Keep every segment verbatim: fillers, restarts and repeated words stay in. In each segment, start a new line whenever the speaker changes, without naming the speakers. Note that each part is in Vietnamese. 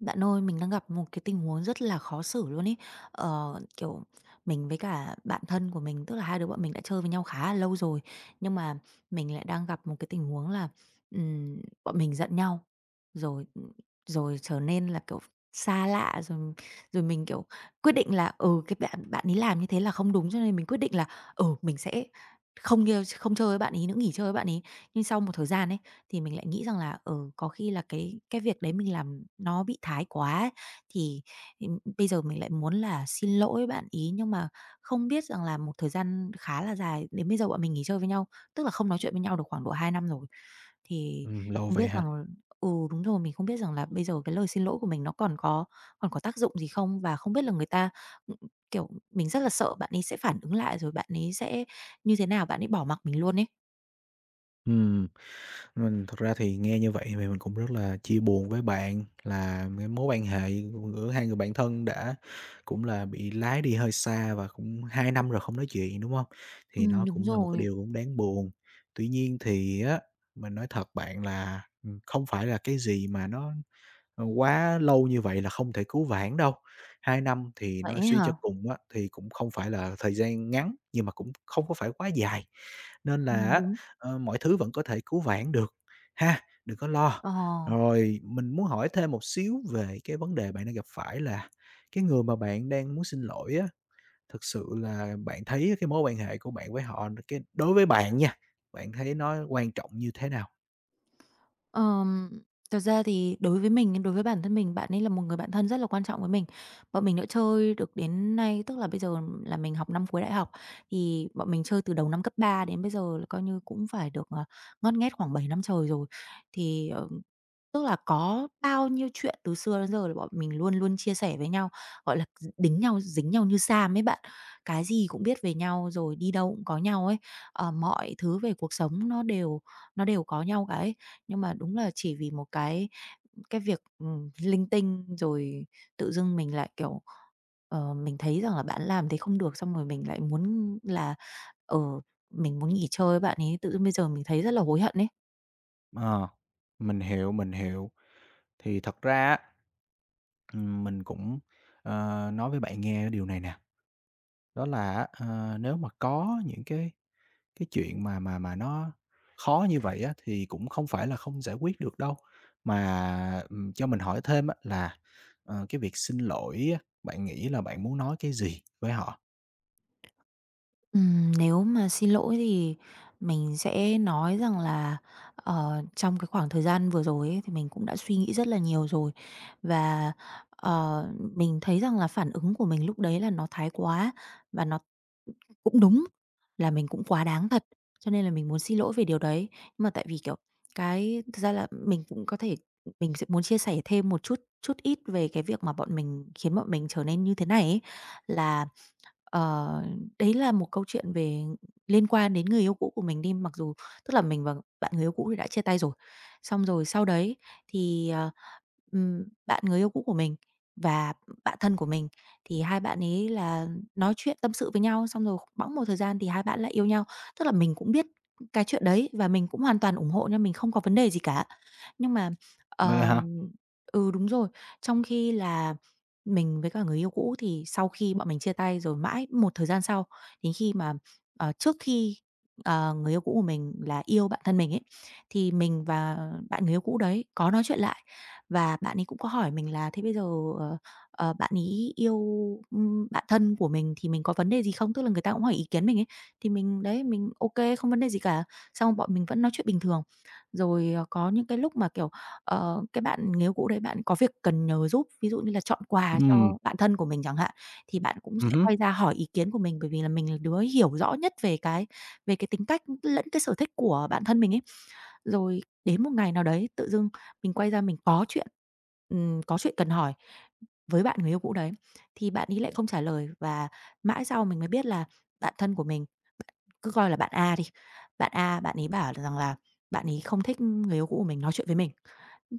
Bạn ơi, mình đang gặp một cái tình huống rất là khó xử luôn ấy. Ờ, kiểu, mình với cả bạn thân của mình, tức là hai đứa bọn mình đã chơi với nhau khá là lâu rồi, nhưng mà mình lại đang gặp một cái tình huống là, ừm, bọn mình giận nhau, rồi, rồi trở nên là, kiểu, xa lạ, rồi rồi mình, kiểu, quyết định là, ừ, cái bạn bạn ấy làm như thế là không đúng, cho nên mình quyết định là, ừ, mình sẽ không nhêu không chơi với bạn ấy nữa, nghỉ chơi với bạn ấy. Nhưng sau một thời gian ấy, thì mình lại nghĩ rằng là, ừ, có khi là cái cái việc đấy mình làm nó bị thái quá ấy, thì, ừm, bây giờ mình lại muốn là xin lỗi bạn ý, nhưng mà không biết rằng là một thời gian khá là dài, đến bây giờ bọn mình nghỉ chơi với nhau, tức là không nói chuyện với nhau được khoảng độ hai năm rồi. Thì
Ừm, lâu
không
vậy
biết
hả?
rằng Ừ, đúng rồi, mình không biết rằng là bây giờ cái lời xin lỗi của mình nó còn có còn có tác dụng gì không? Và không biết là người ta, ừ, kiểu, mình rất là sợ bạn ấy sẽ phản ứng lại, rồi bạn ấy sẽ như thế nào? Bạn ấy bỏ mặc mình luôn ấy.
Ừm, mình thật ra thì nghe như vậy thì mình cũng rất là chia buồn với bạn là cái mối quan hệ giữa hai người bạn thân đã cũng là bị lái đi hơi xa và cũng hai năm rồi không nói chuyện, đúng không? Thì
Ừm,
nó
đúng
cũng là một cái
rồi.
điều cũng đáng buồn. Tuy nhiên thì á, mình nói thật bạn là, ừm, không phải là cái gì mà nó Ờ, quá lâu như vậy là không thể cứu vãn đâu. Hai năm thì
Vậy
nói
ấy
suy cho
hả?
cùng á, thì cũng không phải là thời gian ngắn, nhưng mà cũng không có phải quá dài, nên là
Ừm,
á,
đúng.
ờ, mọi thứ vẫn có thể cứu vãn được ha, đừng có lo.
Ờ,
Rồi mình muốn hỏi thêm một xíu về cái vấn đề bạn đang gặp phải là cái người mà bạn đang muốn xin lỗi á, thực sự là bạn thấy cái mối quan hệ của bạn với họ cái đối với bạn nha, bạn thấy nó quan trọng như thế nào?
ờm, Thật ra thì đối với mình, đối với bản thân mình, bạn ấy là một người bạn thân rất là quan trọng với mình. Bọn mình đã chơi được đến nay, tức là bây giờ là mình học năm cuối đại học, thì bọn mình chơi từ đầu năm cấp ba đến bây giờ là coi như cũng phải được, ờ, ngót nghét khoảng bảy năm trời rồi. Thì, ờ tức là có bao nhiêu chuyện từ xưa đến giờ là bọn mình luôn luôn chia sẻ với nhau, gọi là, đính nhau dính nhau như sam ấy bạn. Cái gì cũng biết về nhau, rồi đi đâu cũng có nhau ấy, ờ, mọi thứ về cuộc sống nó đều nó đều có nhau cả ấy. Nhưng mà đúng là chỉ vì một cái cái việc, ừm, linh tinh rồi tự dưng mình lại, kiểu, ờ, mình thấy rằng là bạn làm thế không được, xong rồi mình lại muốn là, ờ, mình muốn nghỉ chơi với bạn ấy, tự dưng bây giờ mình thấy rất là hối hận ấy.
Ờ. Ờ, mình hiểu, mình hiểu. Thì thật ra á, ừm, mình cũng, ờ, nói với bạn nghe điều này nè, đó là á, ờ, nếu mà có những cái cái chuyện mà mà mà nó khó như vậy á, thì cũng không phải là không giải quyết được đâu. Mà, ừm, cho mình hỏi thêm á là, ờ, cái việc xin lỗi á, bạn nghĩ là bạn muốn nói cái gì với họ?
Ừm, nếu mà xin lỗi thì mình sẽ nói rằng là, ờ, trong cái khoảng thời gian vừa rồi ấy, thì mình cũng đã suy nghĩ rất là nhiều rồi. Và, ờ, mình thấy rằng là phản ứng của mình lúc đấy là nó thái quá và nó cũng đúng, là mình cũng quá đáng thật, cho nên là mình muốn xin lỗi về điều đấy. Nhưng mà tại vì, kiểu, cái thực ra là mình cũng có thể mình sẽ muốn chia sẻ thêm một chút chút ít về cái việc mà bọn mình khiến bọn mình trở nên như thế này ấy, là Ờ, đấy là một câu chuyện về liên quan đến người yêu cũ của mình đi, mặc dù tức là mình và bạn người yêu cũ thì đã chia tay rồi. Xong rồi sau đấy thì, ờ, ừm, bạn người yêu cũ của mình và bạn thân của mình thì hai bạn ấy là nói chuyện tâm sự với nhau, xong rồi bẵng một thời gian thì hai bạn lại yêu nhau. Tức là mình cũng biết cái chuyện đấy và mình cũng hoàn toàn ủng hộ nha, mình không có vấn đề gì cả. Nhưng mà,
Vậy
ờ
hả?
ừ, đúng rồi, trong khi là mình với cả người yêu cũ thì sau khi bọn mình chia tay rồi mãi một thời gian sau, đến khi mà, ờ, trước khi, ờ, người yêu cũ của mình là yêu bạn thân mình ấy, thì mình và bạn người yêu cũ đấy có nói chuyện lại và bạn ấy cũng có hỏi mình là "Thế bây giờ, ờ, ờ, bạn ấy yêu, ưm, bạn thân của mình thì mình có vấn đề gì không?" Tức là người ta cũng hỏi ý kiến mình ấy, thì mình đấy, mình ok không vấn đề gì cả, xong bọn mình vẫn nói chuyện bình thường. Rồi, ờ, có những cái lúc mà, kiểu Ờ, cái bạn người yêu cũ đấy bạn có việc cần nhờ giúp, ví dụ như là chọn quà cho
Ừm,
bạn thân của mình chẳng hạn, thì bạn cũng sẽ
ừm
quay ra hỏi ý kiến của mình, bởi vì là mình là đứa hiểu rõ nhất về cái về cái tính cách lẫn cái sở thích của bạn thân mình ấy. Rồi đến một ngày nào đấy tự dưng mình quay ra mình có chuyện, ừm, có chuyện cần hỏi với bạn người yêu cũ đấy, thì bạn ấy lại không trả lời và mãi sau mình mới biết là bạn thân của mình, cứ coi là bạn A đi, bạn A bạn ấy bảo rằng là bạn ấy không thích người yêu cũ của mình nói chuyện với mình.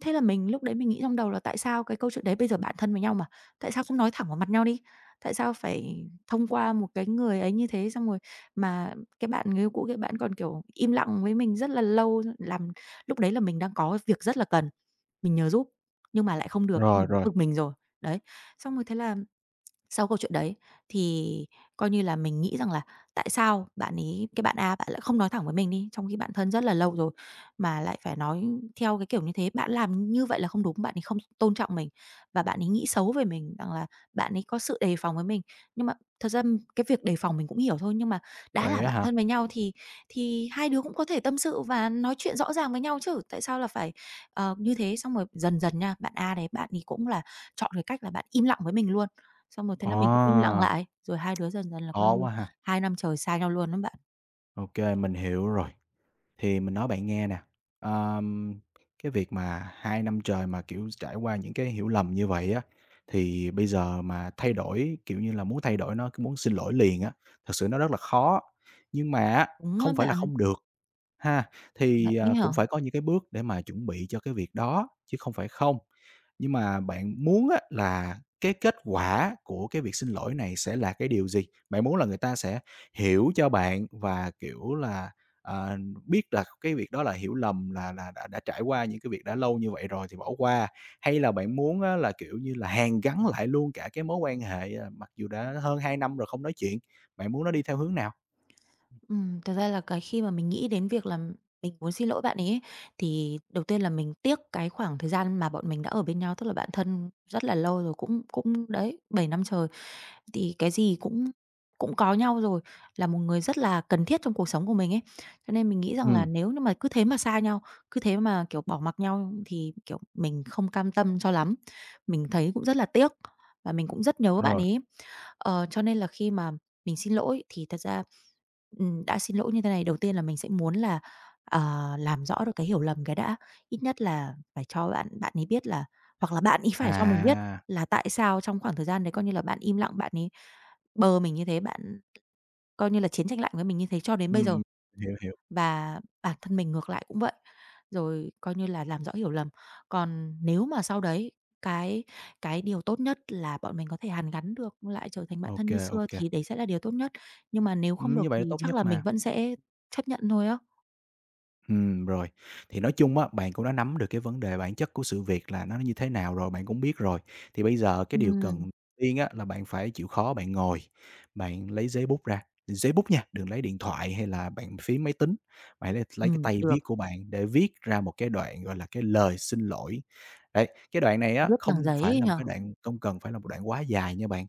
Thế là mình lúc đấy mình nghĩ trong đầu là tại sao cái câu chuyện đấy bây giờ bạn thân với nhau mà, tại sao không nói thẳng vào mặt nhau đi? Tại sao phải thông qua một cái người ấy như thế, xong rồi mà cái bạn người yêu cũ cái bạn còn, kiểu, im lặng với mình rất là lâu, làm lúc đấy là mình đang có việc rất là cần, mình nhờ giúp, nhưng mà lại không được, mình
rồi,
cũng
rồi,
bực mình rồi. Đấy, xong rồi thế là sau câu chuyện đấy thì coi như là mình nghĩ rằng là tại sao bạn ấy cái bạn A bạn lại không nói thẳng với mình đi, trong khi bạn thân rất là lâu rồi, mà lại phải nói theo cái kiểu như thế. Bạn làm như vậy là không đúng, bạn ấy không tôn trọng mình và bạn ấy nghĩ xấu về mình, rằng là bạn ấy có sự đề phòng với mình. Nhưng mà thật ra cái việc đề phòng mình cũng hiểu thôi, nhưng mà đã là
vậy á
bạn
hả?
thân với nhau thì thì hai đứa cũng có thể tâm sự và nói chuyện rõ ràng với nhau chứ, tại sao là phải, ờ, như thế? Xong rồi dần dần nha, bạn A đấy bạn ấy cũng là chọn cái cách là bạn im lặng với mình luôn. Xong rồi thế là mình cũng im lặng
À,
lại, rồi hai đứa dần dần là coi
khó
như
quá ha.
hai năm trời xa nhau luôn đó bạn.
ô kê, mình hiểu rồi. Thì mình nói bạn nghe nè, ờm, cái việc mà hai năm trời mà, kiểu, trải qua những cái hiểu lầm như vậy á, thì bây giờ mà thay đổi, kiểu như là, muốn thay đổi nó, cứ muốn xin lỗi liền á, thật sự nó rất là khó. Nhưng mà á,
Đúng á
không phải là
bạn,
không được, ha,
bạn
thì,
ấy
à,
hả?
cũng phải có những cái bước để mà chuẩn bị cho cái việc đó, chứ không phải không. Nhưng mà bạn muốn á là cái kết quả của cái việc xin lỗi này sẽ là cái điều gì? Bạn muốn là người ta sẽ hiểu cho bạn và, kiểu là, ờ, biết là cái việc đó là hiểu lầm, là là đã đã trải qua những cái việc đã lâu như vậy rồi thì bỏ qua, hay là bạn muốn á là, kiểu như là, hàn gắn lại luôn cả cái mối quan hệ, à, mặc dù đã hơn hai năm rồi không nói chuyện? Bạn muốn nó đi theo hướng nào?
Ừm, thật ra là cái khi mà mình nghĩ đến việc là mình muốn xin lỗi bạn ấy ấy, thì đầu tiên là mình tiếc cái khoảng thời gian mà bọn mình đã ở bên nhau, tức là bạn thân rất là lâu rồi, cũng cũng đấy, bảy năm trời. Thì cái gì cũng cũng có nhau rồi, là một người rất là cần thiết trong cuộc sống của mình ấy. Cho nên mình nghĩ rằng là
Ừ
nếu như mà cứ thế mà xa nhau, cứ thế mà, kiểu, bỏ mặc nhau thì, kiểu, mình không cam tâm cho lắm. Mình thấy cũng rất là tiếc và mình cũng rất nhớ bạn
rồi,
ấy. Ờ, cho nên là khi mà mình xin lỗi thì thật ra, ừm, đã xin lỗi như thế này, đầu tiên là mình sẽ muốn là, ờ, làm rõ được cái hiểu lầm cái đã, ít nhất là phải cho bạn bạn ấy biết là hoặc là bạn ấy phải cho mình biết
à.
là tại sao trong khoảng thời gian đấy, coi như là, bạn im lặng, bạn ấy Bờ mình như thế, bạn coi như là chiến tranh lạnh với mình như thế cho đến bây giờ,
Ừm, hiểu, hiểu.
và bản thân mình ngược lại cũng vậy, rồi coi như là làm rõ hiểu lầm. Còn nếu mà sau đấy cái cái điều tốt nhất là bọn mình có thể hàn gắn được, lại trở thành bạn thân
OK,
như xưa
OK.
thì đấy sẽ là điều tốt nhất, nhưng mà nếu không
Ừm, như
được
vậy là
thì
tốt
chắc
nhất
là mình
mà.
vẫn sẽ chấp nhận thôi á.
Ừm, rồi. Thì nói chung á, bạn cũng đã nắm được cái vấn đề bản chất của sự việc là nó như thế nào rồi, bạn cũng biết rồi. Thì bây giờ cái điều
Ừm.
cần tiên á, là bạn phải chịu khó bạn ngồi, bạn lấy giấy bút ra, giấy bút nha, đừng lấy điện thoại hay là bàn phím máy tính. Bạn lấy lấy cái
Ừm,
tay
được,
viết của bạn để viết ra một cái đoạn, gọi là, cái lời xin lỗi. Đấy, cái đoạn này á,
viết bằng
không
giấy
phải
ấy
là một
nhỉ?
cái đoạn không cần phải là một đoạn quá dài nha bạn.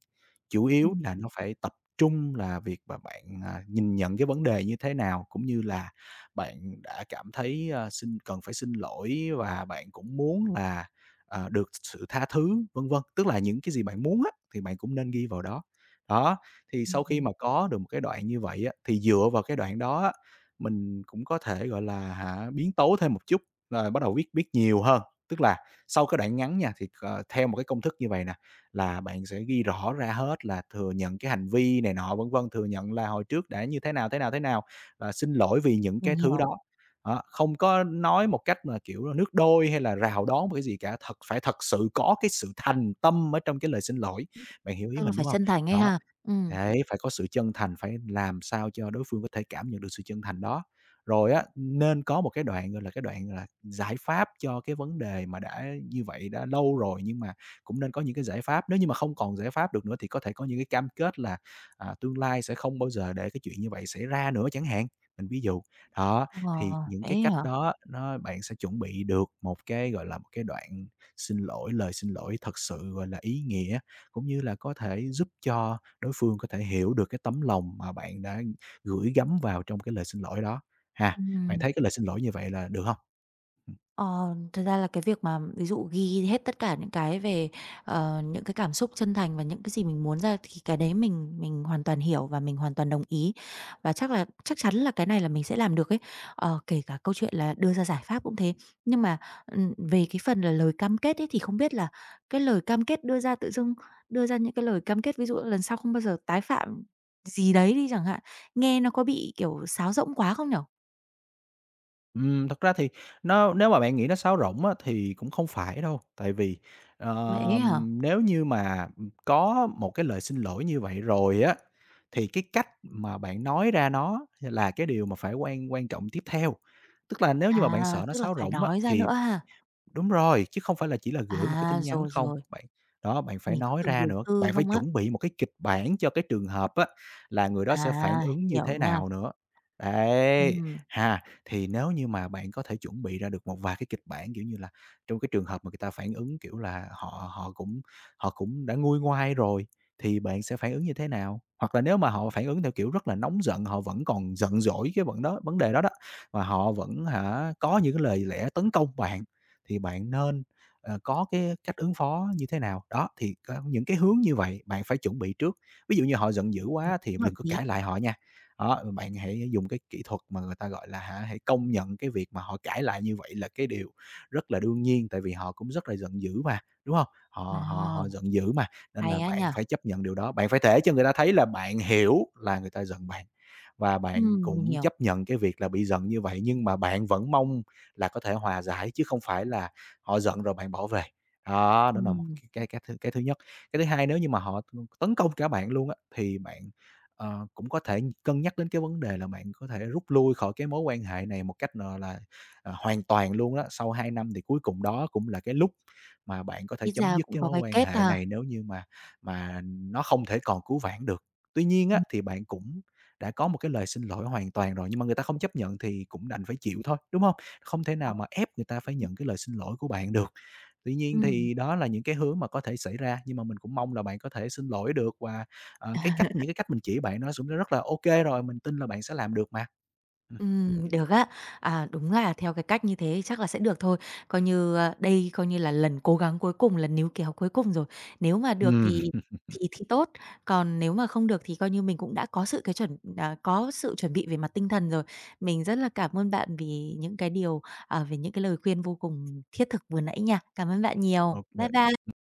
Chủ yếu
Ừm.
là nó phải tập trung là việc mà bạn, à, nhìn nhận cái vấn đề như thế nào, cũng như là bạn bạn đã cảm thấy, ờ, xin cần phải xin lỗi và bạn cũng muốn là, ờ, được sự tha thứ, vân vân. Tức là những cái gì bạn muốn á, thì bạn cũng nên ghi vào đó. Đó, thì sau khi
Ừm,
mà có được một cái đoạn như vậy á, thì dựa vào cái đoạn đó á, mình cũng có thể, gọi là, hả, biến tấu thêm một chút, là bắt đầu viết viết nhiều hơn. Tức là sau cái đoạn ngắn nha, thì, ờ, theo một cái công thức như vậy nè, là bạn sẽ ghi rõ ra hết là thừa nhận cái hành vi này nọ, vân vân, thừa nhận là hồi trước đã như thế nào, thế nào, thế nào, ờ, xin lỗi vì những
mình
cái thứ
hiểu,
đó. Đó, không có nói một cách mà, kiểu, là nước đôi hay là rào đón một cái gì cả, thật phải thật sự có cái sự thành tâm ở trong cái lời xin lỗi. Bạn hiểu ý
tức là
mình,
phải
đúng không?
chân thành ấy
Đó,
ha? Ừm,
đấy, phải có sự chân thành, phải làm sao cho đối phương có thể cảm nhận được sự chân thành đó. Rồi á, nên có một cái đoạn, gọi là, cái đoạn, là, giải pháp cho cái vấn đề mà đã như vậy đã lâu rồi, nhưng mà cũng nên có những cái giải pháp. Nếu như mà không còn giải pháp được nữa thì có thể có những cái cam kết là, à, tương lai sẽ không bao giờ để cái chuyện như vậy xảy ra nữa chẳng hạn, mình ví dụ. Đó,
ờ,
thì những
vậy
cái
ấy
cách
hả?
đó nó bạn sẽ chuẩn bị được một cái, gọi là, một cái đoạn xin lỗi, lời xin lỗi thật sự, gọi là, ý nghĩa, cũng như là có thể giúp cho đối phương có thể hiểu được cái tấm lòng mà bạn đã gửi gắm vào trong cái lời xin lỗi đó. Ha, bạn
Ừm.
thấy cái lời xin lỗi như vậy là được không?
Ờ, Thật ra là cái việc mà ví dụ ghi hết tất cả những cái về, ờ, những cái cảm xúc chân thành và những cái gì mình muốn ra thì cái đấy mình mình hoàn toàn hiểu và mình hoàn toàn đồng ý. Và chắc là chắc chắn là cái này là mình sẽ làm được ấy. Ờ, kể cả câu chuyện là đưa ra giải pháp cũng thế. Nhưng mà, ừm, về cái phần là lời cam kết ấy thì không biết là cái lời cam kết đưa ra tự dưng đưa ra những cái lời cam kết ví dụ lần sau không bao giờ tái phạm gì đấy đi chẳng hạn, nghe nó có bị, kiểu, sáo rỗng quá không nhở
Ừm, thật ra thì nó nếu mà bạn nghĩ nó sáo rỗng á, thì cũng không phải đâu, tại vì,
Vậy ấy hả?
ờm, nếu như mà, có một cái lời xin lỗi như vậy rồi á, thì cái cách mà bạn nói ra nó là cái điều mà phải quan quan trọng tiếp theo. Tức là nếu như mà bạn
À,
sợ nó
tức là
sáo
phải
rỗng á,
nói ra
thì.
nữa ha?
Đúng rồi, chứ không phải là chỉ là gửi một cái
À,
tin nhắn
rồi,
không,
rồi,
bạn đó, bạn phải
mình cứ
nói
tưởng
ra
gửi
nữa,
thư
bạn phải
không á.
chuẩn bị một cái kịch bản cho cái trường hợp á, là người đó sẽ phản
À,
ứng như
hiểu
thế
nha.
nào nữa. Đấy,
Ừm,
ha, thì nếu như mà bạn có thể chuẩn bị ra được một vài cái kịch bản, kiểu như là, trong cái trường hợp mà người ta phản ứng, kiểu là, họ họ cũng họ cũng đã nguôi ngoai rồi, thì bạn sẽ phản ứng như thế nào? Hoặc là nếu mà họ phản ứng theo kiểu rất là nóng giận, họ vẫn còn giận dỗi cái vấn đó vấn đề đó đó, và họ vẫn hả, có những cái lời lẽ tấn công bạn thì bạn nên, ờ, có cái cách ứng phó như thế nào. Đó, thì có những cái hướng như vậy bạn phải chuẩn bị trước. Ví dụ như họ giận dữ
ừm,
quá
cũng
thì
hợp
đừng có
lý.
cãi lại họ nha. Đó, bạn hãy dùng cái kỹ thuật mà người ta, gọi là, hả, hãy công nhận cái việc mà họ cãi lại như vậy là cái điều rất là đương nhiên, tại vì họ cũng rất là giận dữ mà, đúng không? Họ họ
Ờ,
họ giận dữ mà, nên
hay
là
á
bạn
nhỉ?
phải chấp nhận điều đó. Bạn phải thể cho người ta thấy là bạn hiểu là người ta giận bạn và bạn
Ừm, mình
cũng
hiểu.
chấp nhận cái việc là bị giận như vậy, nhưng mà bạn vẫn mong là có thể hòa giải chứ không phải là họ giận rồi bạn bỏ về. Đó, đó là một
Ừm,
cái cái cái thứ cái thứ nhất. Cái thứ hai nếu như mà họ tấn công cả bạn luôn á, thì bạn, ờ, cũng có thể cân nhắc đến cái vấn đề là bạn có thể rút lui khỏi cái mối quan hệ này một cách, gọi là, ờ, hoàn toàn luôn đó. Sau hai năm thì cuối cùng đó cũng là cái lúc mà bạn có thể
ít
chấm
ra
dứt
cũng
cái
có
mối
cái
quan
kết
hệ
ha.
này nếu như mà mà nó không thể còn cứu vãn được. Tuy nhiên á,
Ừm,
thì bạn cũng đã có một cái lời xin lỗi hoàn toàn rồi, nhưng mà người ta không chấp nhận thì cũng đành phải chịu thôi, đúng không? Không thể
ờ,
nào mà ép người ta phải
đúng.
nhận cái lời xin lỗi của bạn được. Tuy nhiên
Ừm.
thì đó là những cái hướng mà có thể xảy ra, nhưng mà mình cũng mong là bạn có thể xin lỗi được và, ờ, cái cách những cái cách mình chỉ bạn nó cũng đã rất là ô kê rồi, mình tin là bạn sẽ làm được mà. Ừm.
Ừm, được á. À, đúng là theo cái cách như thế chắc là sẽ được thôi. Coi như, a, đây coi như là lần cố gắng cuối cùng, lần níu kéo cuối cùng rồi. Nếu mà được thì thì thì tốt, còn nếu mà không được thì coi như mình cũng đã có sự cái chuẩn à, có sự chuẩn bị về mặt tinh thần rồi. Mình rất là cảm ơn bạn vì những cái điều, à, về những cái lời khuyên vô cùng thiết thực vừa nãy nha. Cảm ơn bạn nhiều.
ô kê.
Bye bye.